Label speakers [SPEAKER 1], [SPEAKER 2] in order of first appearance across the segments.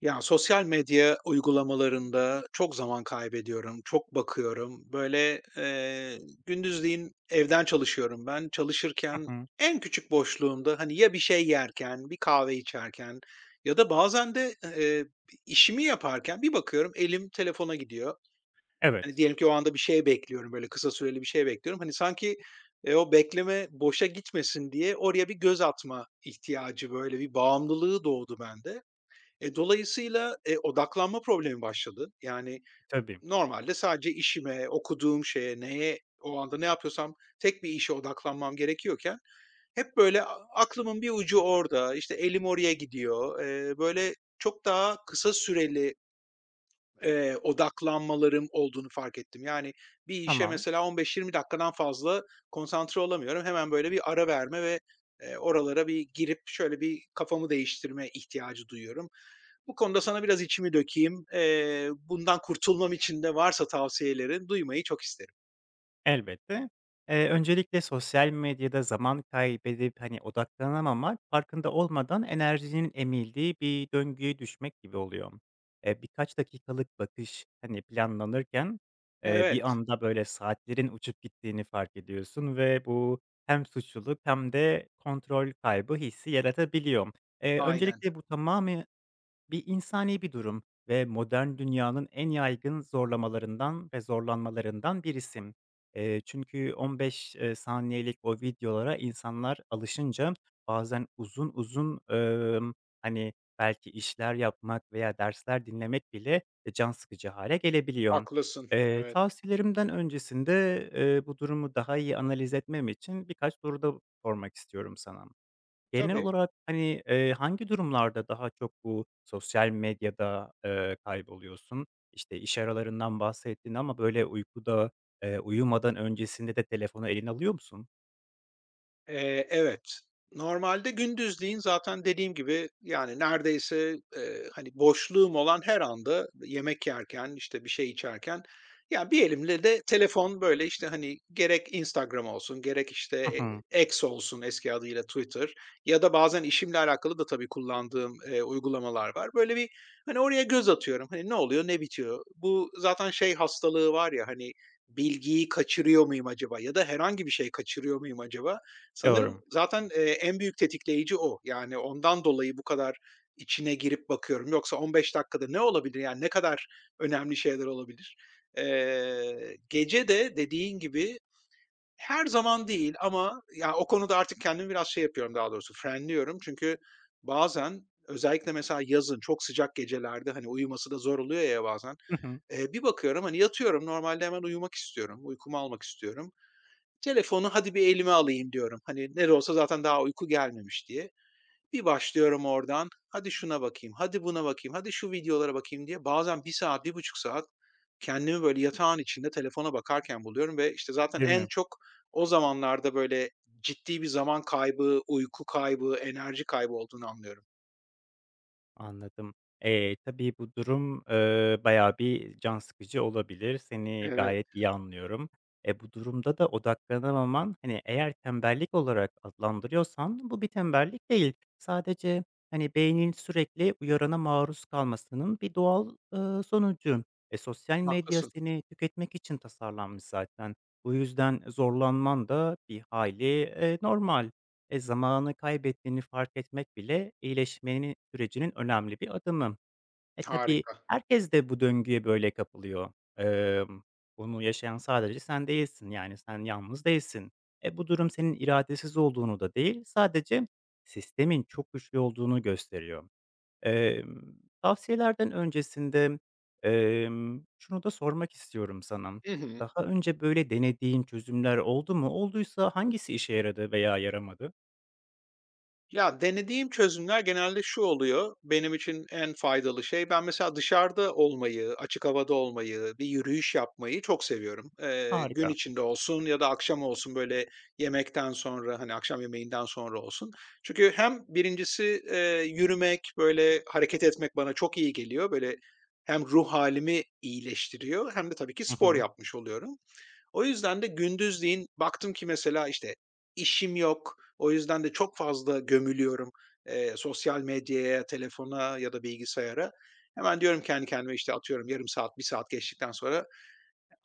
[SPEAKER 1] Ya, sosyal medya uygulamalarında çok zaman kaybediyorum, çok bakıyorum. Böyle, gündüzleyin evden çalışıyorum ben. Çalışırken
[SPEAKER 2] Hı hı.
[SPEAKER 1] en küçük boşluğumda, hani, ya bir şey yerken, bir kahve içerken ya da bazen de, işimi yaparken bir bakıyorum elim telefona gidiyor. Hani,
[SPEAKER 2] Evet,
[SPEAKER 1] diyelim ki o anda bir şey bekliyorum, böyle kısa süreli bir şey bekliyorum. Hani, sanki, o bekleme boşa gitmesin diye oraya bir göz atma ihtiyacı, böyle bir bağımlılığı doğdu bende. E, dolayısıyla, odaklanma problemi başladı. Yani
[SPEAKER 2] tabii.
[SPEAKER 1] normalde sadece işime, okuduğum şeye, neye, o anda ne yapıyorsam tek bir işe odaklanmam gerekiyorken hep böyle aklımın bir ucu orada, işte, elim oraya gidiyor. Böyle çok daha kısa süreli, odaklanmalarım olduğunu fark ettim. Yani bir işe
[SPEAKER 2] Tamam,
[SPEAKER 1] mesela 15-20 dakikadan fazla konsantre olamıyorum. Hemen böyle bir ara verme ve, oralara bir girip şöyle bir kafamı değiştirme ihtiyacı duyuyorum. Bu konuda sana biraz içimi dökeyim. Bundan kurtulmam için de varsa tavsiyelerin duymayı çok isterim.
[SPEAKER 2] elbette. Öncelikle sosyal medyada zaman kaybedip, hani, odaklanamamak, farkında olmadan enerjinin emildiği bir döngüye düşmek gibi oluyor. Birkaç dakikalık bakış, hani, planlanırken, bir
[SPEAKER 1] Evet,
[SPEAKER 2] anda, böyle, saatlerin uçup gittiğini fark ediyorsun ve bu hem suçluluk hem de kontrol kaybı hissi yaratabiliyor.
[SPEAKER 1] aynen.
[SPEAKER 2] Öncelikle bu tamamı bir insani bir durum ve modern dünyanın en yaygın zorlamalarından ve zorlanmalarından birisi. Çünkü 15, saniyelik o videolara insanlar alışınca bazen uzun uzun, hani, belki işler yapmak veya dersler dinlemek bile, can sıkıcı hale gelebiliyor.
[SPEAKER 1] Haklısın. Evet,
[SPEAKER 2] Tavsiyelerimden öncesinde, bu durumu daha iyi analiz etmem için birkaç soru da sormak istiyorum sana. Genel
[SPEAKER 1] tabii.
[SPEAKER 2] olarak, hani, hangi durumlarda daha çok bu sosyal medyada, kayboluyorsun? İşte, iş aralarından bahsettin ama böyle uykuda, uyumadan öncesinde de telefonu eline alıyor musun?
[SPEAKER 1] Evet. Normalde gündüzleyin zaten dediğim gibi, yani, neredeyse, hani, boşluğum olan her anda yemek yerken, işte, bir şey içerken, ya, bir elimle de telefon, böyle, işte, hani, gerek Instagram olsun, gerek,
[SPEAKER 2] Hı
[SPEAKER 1] işte,
[SPEAKER 2] hı.
[SPEAKER 1] X olsun eski adıyla Twitter ya da bazen işimle alakalı da tabii kullandığım, uygulamalar var. Böyle bir, hani, oraya göz atıyorum. Hani, ne oluyor, ne bitiyor? Bu zaten şey hastalığı var ya, hani, bilgiyi kaçırıyor muyum acaba ya da herhangi bir şey kaçırıyor muyum acaba? Sanırım
[SPEAKER 2] Doğru.
[SPEAKER 1] zaten, en büyük tetikleyici o. Yani ondan dolayı bu kadar içine girip bakıyorum. Yoksa 15 dakikada ne olabilir? Yani ne kadar önemli şeyler olabilir? Gece de dediğin gibi her zaman değil ama ya o konuda artık kendimi biraz şey yapıyorum daha doğrusu frenliyorum. Çünkü bazen özellikle mesela yazın çok sıcak gecelerde, hani, uyuması da zor oluyor ya bazen.
[SPEAKER 2] Hı hı.
[SPEAKER 1] Bir bakıyorum, hani, yatıyorum normalde hemen uyumak istiyorum, uykumu almak istiyorum. Telefonu hadi bir elime alayım diyorum. Hani ne de olsa zaten daha uyku gelmemiş diye. Bir başlıyorum oradan. Hadi şuna bakayım, hadi buna bakayım, hadi şu videolara bakayım diye bazen bir saat, bir buçuk saat kendimi böyle yatağın içinde telefona bakarken buluyorum ve işte zaten
[SPEAKER 2] Değil
[SPEAKER 1] en
[SPEAKER 2] mi?
[SPEAKER 1] çok o zamanlarda böyle ciddi bir zaman kaybı, uyku kaybı, enerji kaybı olduğunu anlıyorum.
[SPEAKER 2] Anladım. Tabii bu durum, bayağı bir can sıkıcı olabilir. Seni
[SPEAKER 1] Evet.
[SPEAKER 2] gayet iyi anlıyorum. E, bu durumda da odaklanamaman, hani, eğer tembellik olarak adlandırıyorsan bu bir tembellik değil. Sadece, hani, beynin sürekli uyarana maruz kalmasının bir doğal, sonucu. E, sosyal medya
[SPEAKER 1] Haklısın.
[SPEAKER 2] seni tüketmek için tasarlanmış zaten. Bu yüzden zorlanman da bir hayli, normal. E, zamanı kaybettiğini fark etmek bile iyileşmenin sürecinin önemli bir adımı. E, tabii
[SPEAKER 1] Harika.
[SPEAKER 2] herkes de bu döngüye böyle kapılıyor. Bunu yaşayan sadece sen değilsin, yani, sen yalnız değilsin. E, bu durum senin iradesiz olduğunu da değil, sadece sistemin çok güçlü olduğunu gösteriyor. Emm, Tavsiyelerden öncesinde, şunu da sormak istiyorum sana.
[SPEAKER 1] Hı hı.
[SPEAKER 2] Daha önce böyle denediğin çözümler oldu mu? Olduysa hangisi işe yaradı veya yaramadı?
[SPEAKER 1] Ya, denediğim çözümler genelde şu oluyor, benim için en faydalı şey, ben mesela dışarıda olmayı, açık havada olmayı, bir yürüyüş yapmayı çok seviyorum. Gün
[SPEAKER 2] Harika.
[SPEAKER 1] içinde olsun ya da akşam olsun, böyle, yemekten sonra, hani, akşam yemeğinden sonra olsun. Çünkü hem birincisi yürümek, böyle, hareket etmek bana çok iyi geliyor. Böyle, hem ruh halimi iyileştiriyor hem de tabii ki
[SPEAKER 2] Hı
[SPEAKER 1] spor
[SPEAKER 2] hı.
[SPEAKER 1] yapmış oluyorum. O yüzden de gündüzleyin baktım ki mesela, işte, işim yok, o yüzden de çok fazla gömülüyorum, sosyal medyaya, telefona ya da bilgisayara. Hemen diyorum kendi kendime, işte, atıyorum yarım saat, bir saat geçtikten sonra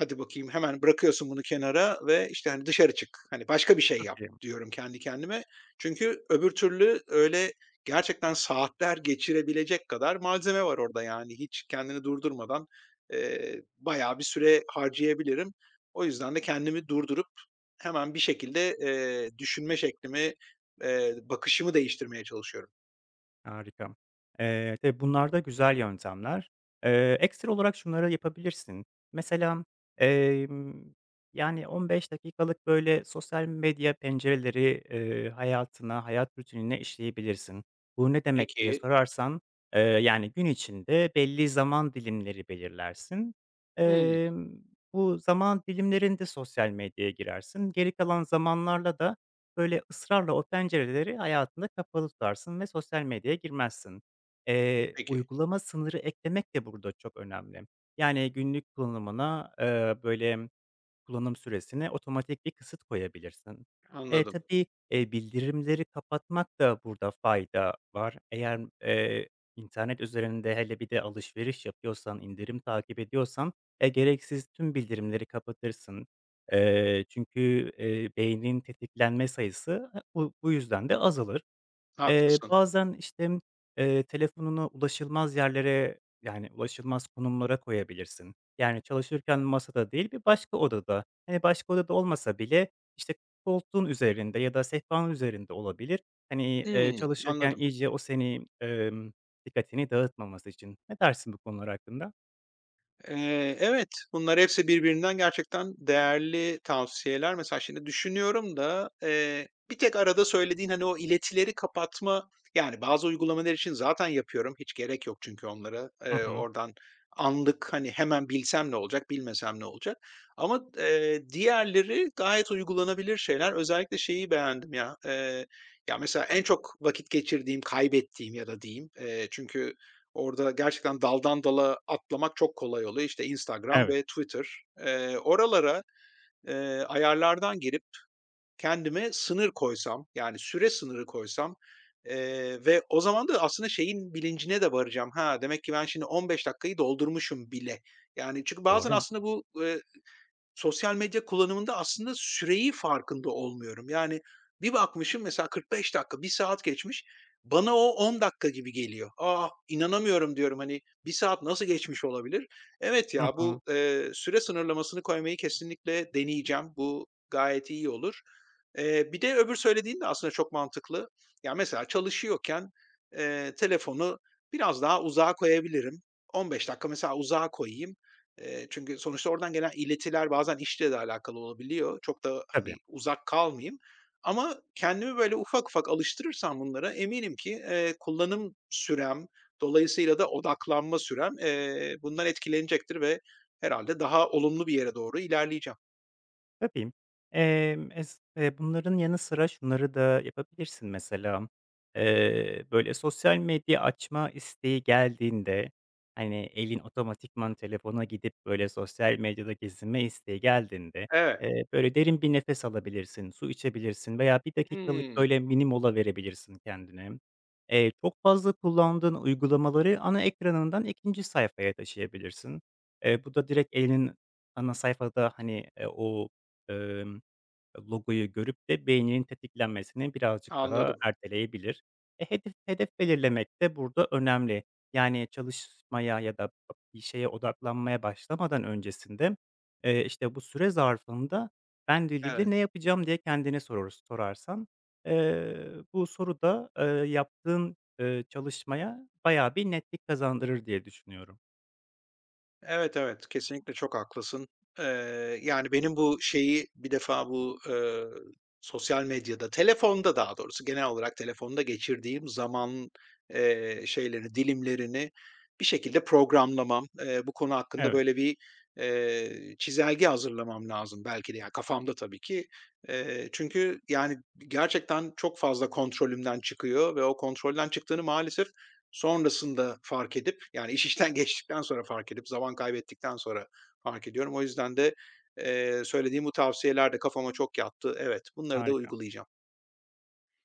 [SPEAKER 1] hadi bakayım hemen bırakıyorsun bunu kenara ve, işte, hani, dışarı çık. Hani, başka bir şey yap
[SPEAKER 2] Çok iyi.
[SPEAKER 1] diyorum kendi kendime. Çünkü öbür türlü öyle gerçekten saatler geçirebilecek kadar malzeme var orada, yani, hiç kendini durdurmadan, bayağı bir süre harcayabilirim. O yüzden de kendimi durdurup hemen bir şekilde, düşünme şeklimi, bakışımı değiştirmeye çalışıyorum.
[SPEAKER 2] Harika. Tabii bunlar da güzel yöntemler. Ekstra olarak şunları yapabilirsin. Mesela, emm, yani, 15 dakikalık, böyle, sosyal medya pencereleri, hayatına, hayat rutinine işleyebilirsin. Bu ne demek diye
[SPEAKER 1] Peki.
[SPEAKER 2] sorarsan, yani, gün içinde belli zaman dilimleri belirlersin.
[SPEAKER 1] Hımm,
[SPEAKER 2] Emm, bu zaman dilimlerinde sosyal medyaya girersin. Geri kalan zamanlarla da böyle, ısrarla o pencereleri hayatında kapalı tutarsın ve sosyal medyaya girmezsin.
[SPEAKER 1] peki.
[SPEAKER 2] Uygulama sınırı eklemek de burada çok önemli. Yani günlük kullanımına, böyle kullanım süresine otomatik bir kısıt koyabilirsin. Eee,
[SPEAKER 1] Anladım.
[SPEAKER 2] tabii, eee, bildirimleri kapatmak da burada fayda var. Eğer, internet üzerinde hele bir de alışveriş yapıyorsan, indirim takip ediyorsan, gereksiz tüm bildirimleri kapatırsın. Çünkü, beynin tetiklenme sayısı, ha bu yüzden de azalır.
[SPEAKER 1] Haklısın.
[SPEAKER 2] Bazen, işte, telefonunu ulaşılmaz yerlere, yani, ulaşılmaz konumlara koyabilirsin. Yani, çalışırken masada değil, bir başka odada. Hani, başka odada olmasa bile, işte, koltuğun üzerinde ya da sehpanın üzerinde olabilir. Hani,
[SPEAKER 1] Hımm,
[SPEAKER 2] çalışırken
[SPEAKER 1] anladım.
[SPEAKER 2] iyice o seni, dikkatini dağıtmaması için. Ne dersin bu konular hakkında?
[SPEAKER 1] Evet, bunlar hepsi birbirinden gerçekten değerli tavsiyeler. Mesela şimdi düşünüyorum da, bir tek arada söylediğin, hani, o iletileri kapatma, yani, bazı uygulamalar için zaten yapıyorum. Hiç gerek yok çünkü onlara.
[SPEAKER 2] Hı hı.
[SPEAKER 1] Oradan anlık, hani, hemen bilsem ne olacak, bilmesem ne olacak? Ama, diğerleri gayet uygulanabilir şeyler. Özellikle şeyi beğendim ya, ya, mesela en çok vakit geçirdiğim, kaybettiğim ya da diyeyim, çünkü orada gerçekten daldan dala atlamak çok kolay oluyor. İşte Instagram
[SPEAKER 2] Evet,
[SPEAKER 1] ve Twitter. Oralara, ayarlardan girip kendime sınır koysam, yani süre sınırı koysam, ve o zaman da aslında şeyin bilincine de varacağım. Ha, demek ki ben şimdi 15 dakikayı doldurmuşum bile. Yani çünkü bazen
[SPEAKER 2] doğru.
[SPEAKER 1] aslında bu, sosyal medya kullanımında aslında süreyi farkında olmuyorum. Yani bir bakmışım mesela 45 dakika, bir saat geçmiş. Bana o 10 dakika gibi geliyor. "Aa, inanamıyorum," diyorum, hani, "bir saat nasıl geçmiş olabilir?" Evet
[SPEAKER 2] Hı
[SPEAKER 1] ya,
[SPEAKER 2] hı.
[SPEAKER 1] bu, süre sınırlamasını koymayı kesinlikle deneyeceğim. Bu gayet iyi olur. Bir de öbür söylediğin de aslında çok mantıklı. Ya, mesela çalışıyorken, telefonu biraz daha uzağa koyabilirim. 15 dakika mesela uzağa koyayım. Çünkü sonuçta oradan gelen iletiler bazen işle de alakalı olabiliyor. Çok da,
[SPEAKER 2] Tabii.
[SPEAKER 1] hani, uzak kalmayayım ama kendimi böyle ufak ufak alıştırırsam bunlara eminim ki, kullanım sürem, dolayısıyla da odaklanma sürem, bundan etkilenecektir ve herhalde daha olumlu bir yere doğru ilerleyeceğim.
[SPEAKER 2] Tabii. Es bunların yanı sıra şunları da yapabilirsin mesela. Böyle, sosyal medya açma isteği geldiğinde, hani, elin otomatikman telefona gidip, böyle, sosyal medyada gezinme isteği geldiğinde,
[SPEAKER 1] Evet.
[SPEAKER 2] böyle, derin bir nefes alabilirsin, su içebilirsin veya bir dakikalık,
[SPEAKER 1] Hımm.
[SPEAKER 2] böyle, mini mola verebilirsin kendine. Çok fazla kullandığın uygulamaları ana ekranından ikinci sayfaya taşıyabilirsin. Bu da direkt elinin ana sayfada, hani, o emm, logoyu görüp de beyninin tetiklenmesini birazcık daha
[SPEAKER 1] Anladım.
[SPEAKER 2] erteleyebilir. E, hedef belirlemek de burada önemli. Yani çalışmaya ya da bir şeye odaklanmaya başlamadan öncesinde, işte, bu süre zarfında ben ilgili
[SPEAKER 1] Evet.
[SPEAKER 2] ne yapacağım?" diye kendine sorarsan, eee, bu soru da, yaptığın, çalışmaya bayağı bir netlik kazandırır diye düşünüyorum.
[SPEAKER 1] Evet, evet, kesinlikle çok haklısın. Yani, benim bu şeyi bir defa bu, sosyal medyada, telefonda daha doğrusu genel olarak telefonda geçirdiğim zaman, şeylerini, dilimlerini bir şekilde programlamam, bu konu hakkında
[SPEAKER 2] Evet,
[SPEAKER 1] böyle bir, çizelge hazırlamam lazım belki de, yani, kafamda tabii ki. Çünkü, yani, gerçekten çok fazla kontrolümden çıkıyor ve o kontrolden çıktığını maalesef sonrasında fark edip, yani iş işten geçtikten sonra fark edip, zaman kaybettikten sonra fark ediyorum. O yüzden de, söylediğin bu tavsiyeler de kafama çok yattı. Evet, bunları da
[SPEAKER 2] harika.
[SPEAKER 1] uygulayacağım.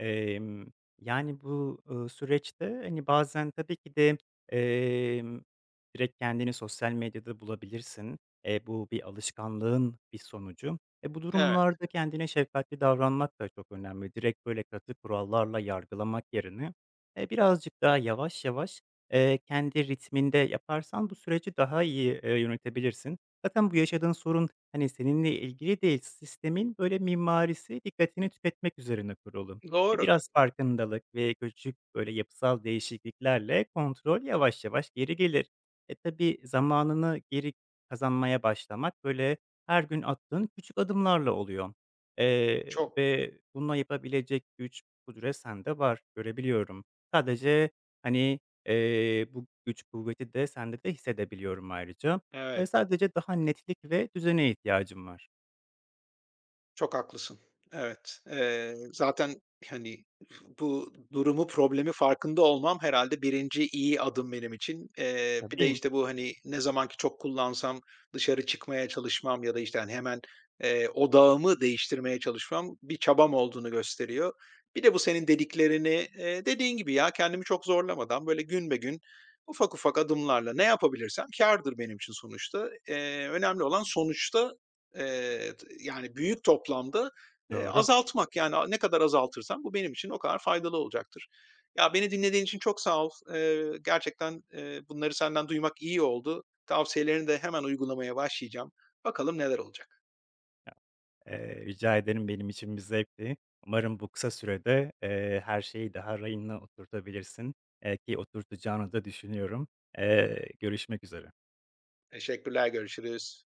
[SPEAKER 2] Emm, yani, bu, süreçte, hani, bazen tabii ki de, emm, direkt kendini sosyal medyada bulabilirsin. Bu bir alışkanlığın bir sonucu. E, bu
[SPEAKER 1] Evet,
[SPEAKER 2] durumlarda kendine şefkatli davranmak da çok önemli. Direkt böyle katı kurallarla yargılamak yerine, birazcık daha yavaş yavaş, kendi ritminde yaparsan bu süreci daha iyi, yönetebilirsin. Zaten bu yaşadığın sorun, hani, seninle ilgili değil, sistemin böyle mimarisi dikkatini tüketmek üzerine kurulu. E,
[SPEAKER 1] doğru.
[SPEAKER 2] biraz farkındalık ve küçük, böyle, yapısal değişikliklerle kontrol yavaş yavaş geri gelir. E, tabii zamanını geri kazanmaya başlamak, böyle, her gün attığın küçük adımlarla oluyor,
[SPEAKER 1] Çok.
[SPEAKER 2] ve bunu yapabilecek güç, kudret sende var, görebiliyorum. Sadece, hani, bu güç, kuvveti de sende de hissedebiliyorum ayrıca.
[SPEAKER 1] Evet.
[SPEAKER 2] Sadece daha netlik ve düzene ihtiyacım var.
[SPEAKER 1] Çok haklısın. Evet. Zaten, hani, bu durumu, problemi farkında olmam herhalde birinci iyi adım benim için. Bir de,
[SPEAKER 2] Tabii,
[SPEAKER 1] işte, bu, hani, ne zaman ki çok kullansam dışarı çıkmaya çalışmam ya da, işte, hani, hemen, odağımı değiştirmeye çalışmam bir çabam olduğunu gösteriyor. Bir de bu senin dediklerini, dediğin gibi ya, kendimi çok zorlamadan böyle gün be gün ufak ufak adımlarla ne yapabilirsem kârdır benim için sonuçta. Önemli olan sonuçta t yani büyük toplamda,
[SPEAKER 2] doğru.
[SPEAKER 1] azaltmak. Yani, ne kadar azaltırsam bu benim için o kadar faydalı olacaktır. Ya, beni dinlediğin için çok sağ ol. Gerçekten, bunları senden duymak iyi oldu. Tavsiyelerini de hemen uygulamaya başlayacağım. Bakalım neler olacak.
[SPEAKER 2] Rica ederim, benim için bir zevkti. Umarım bu kısa sürede, her şeyi daha rayına oturtabilirsin, ki oturtacağını da düşünüyorum. Görüşmek üzere.
[SPEAKER 1] Teşekkürler, görüşürüz.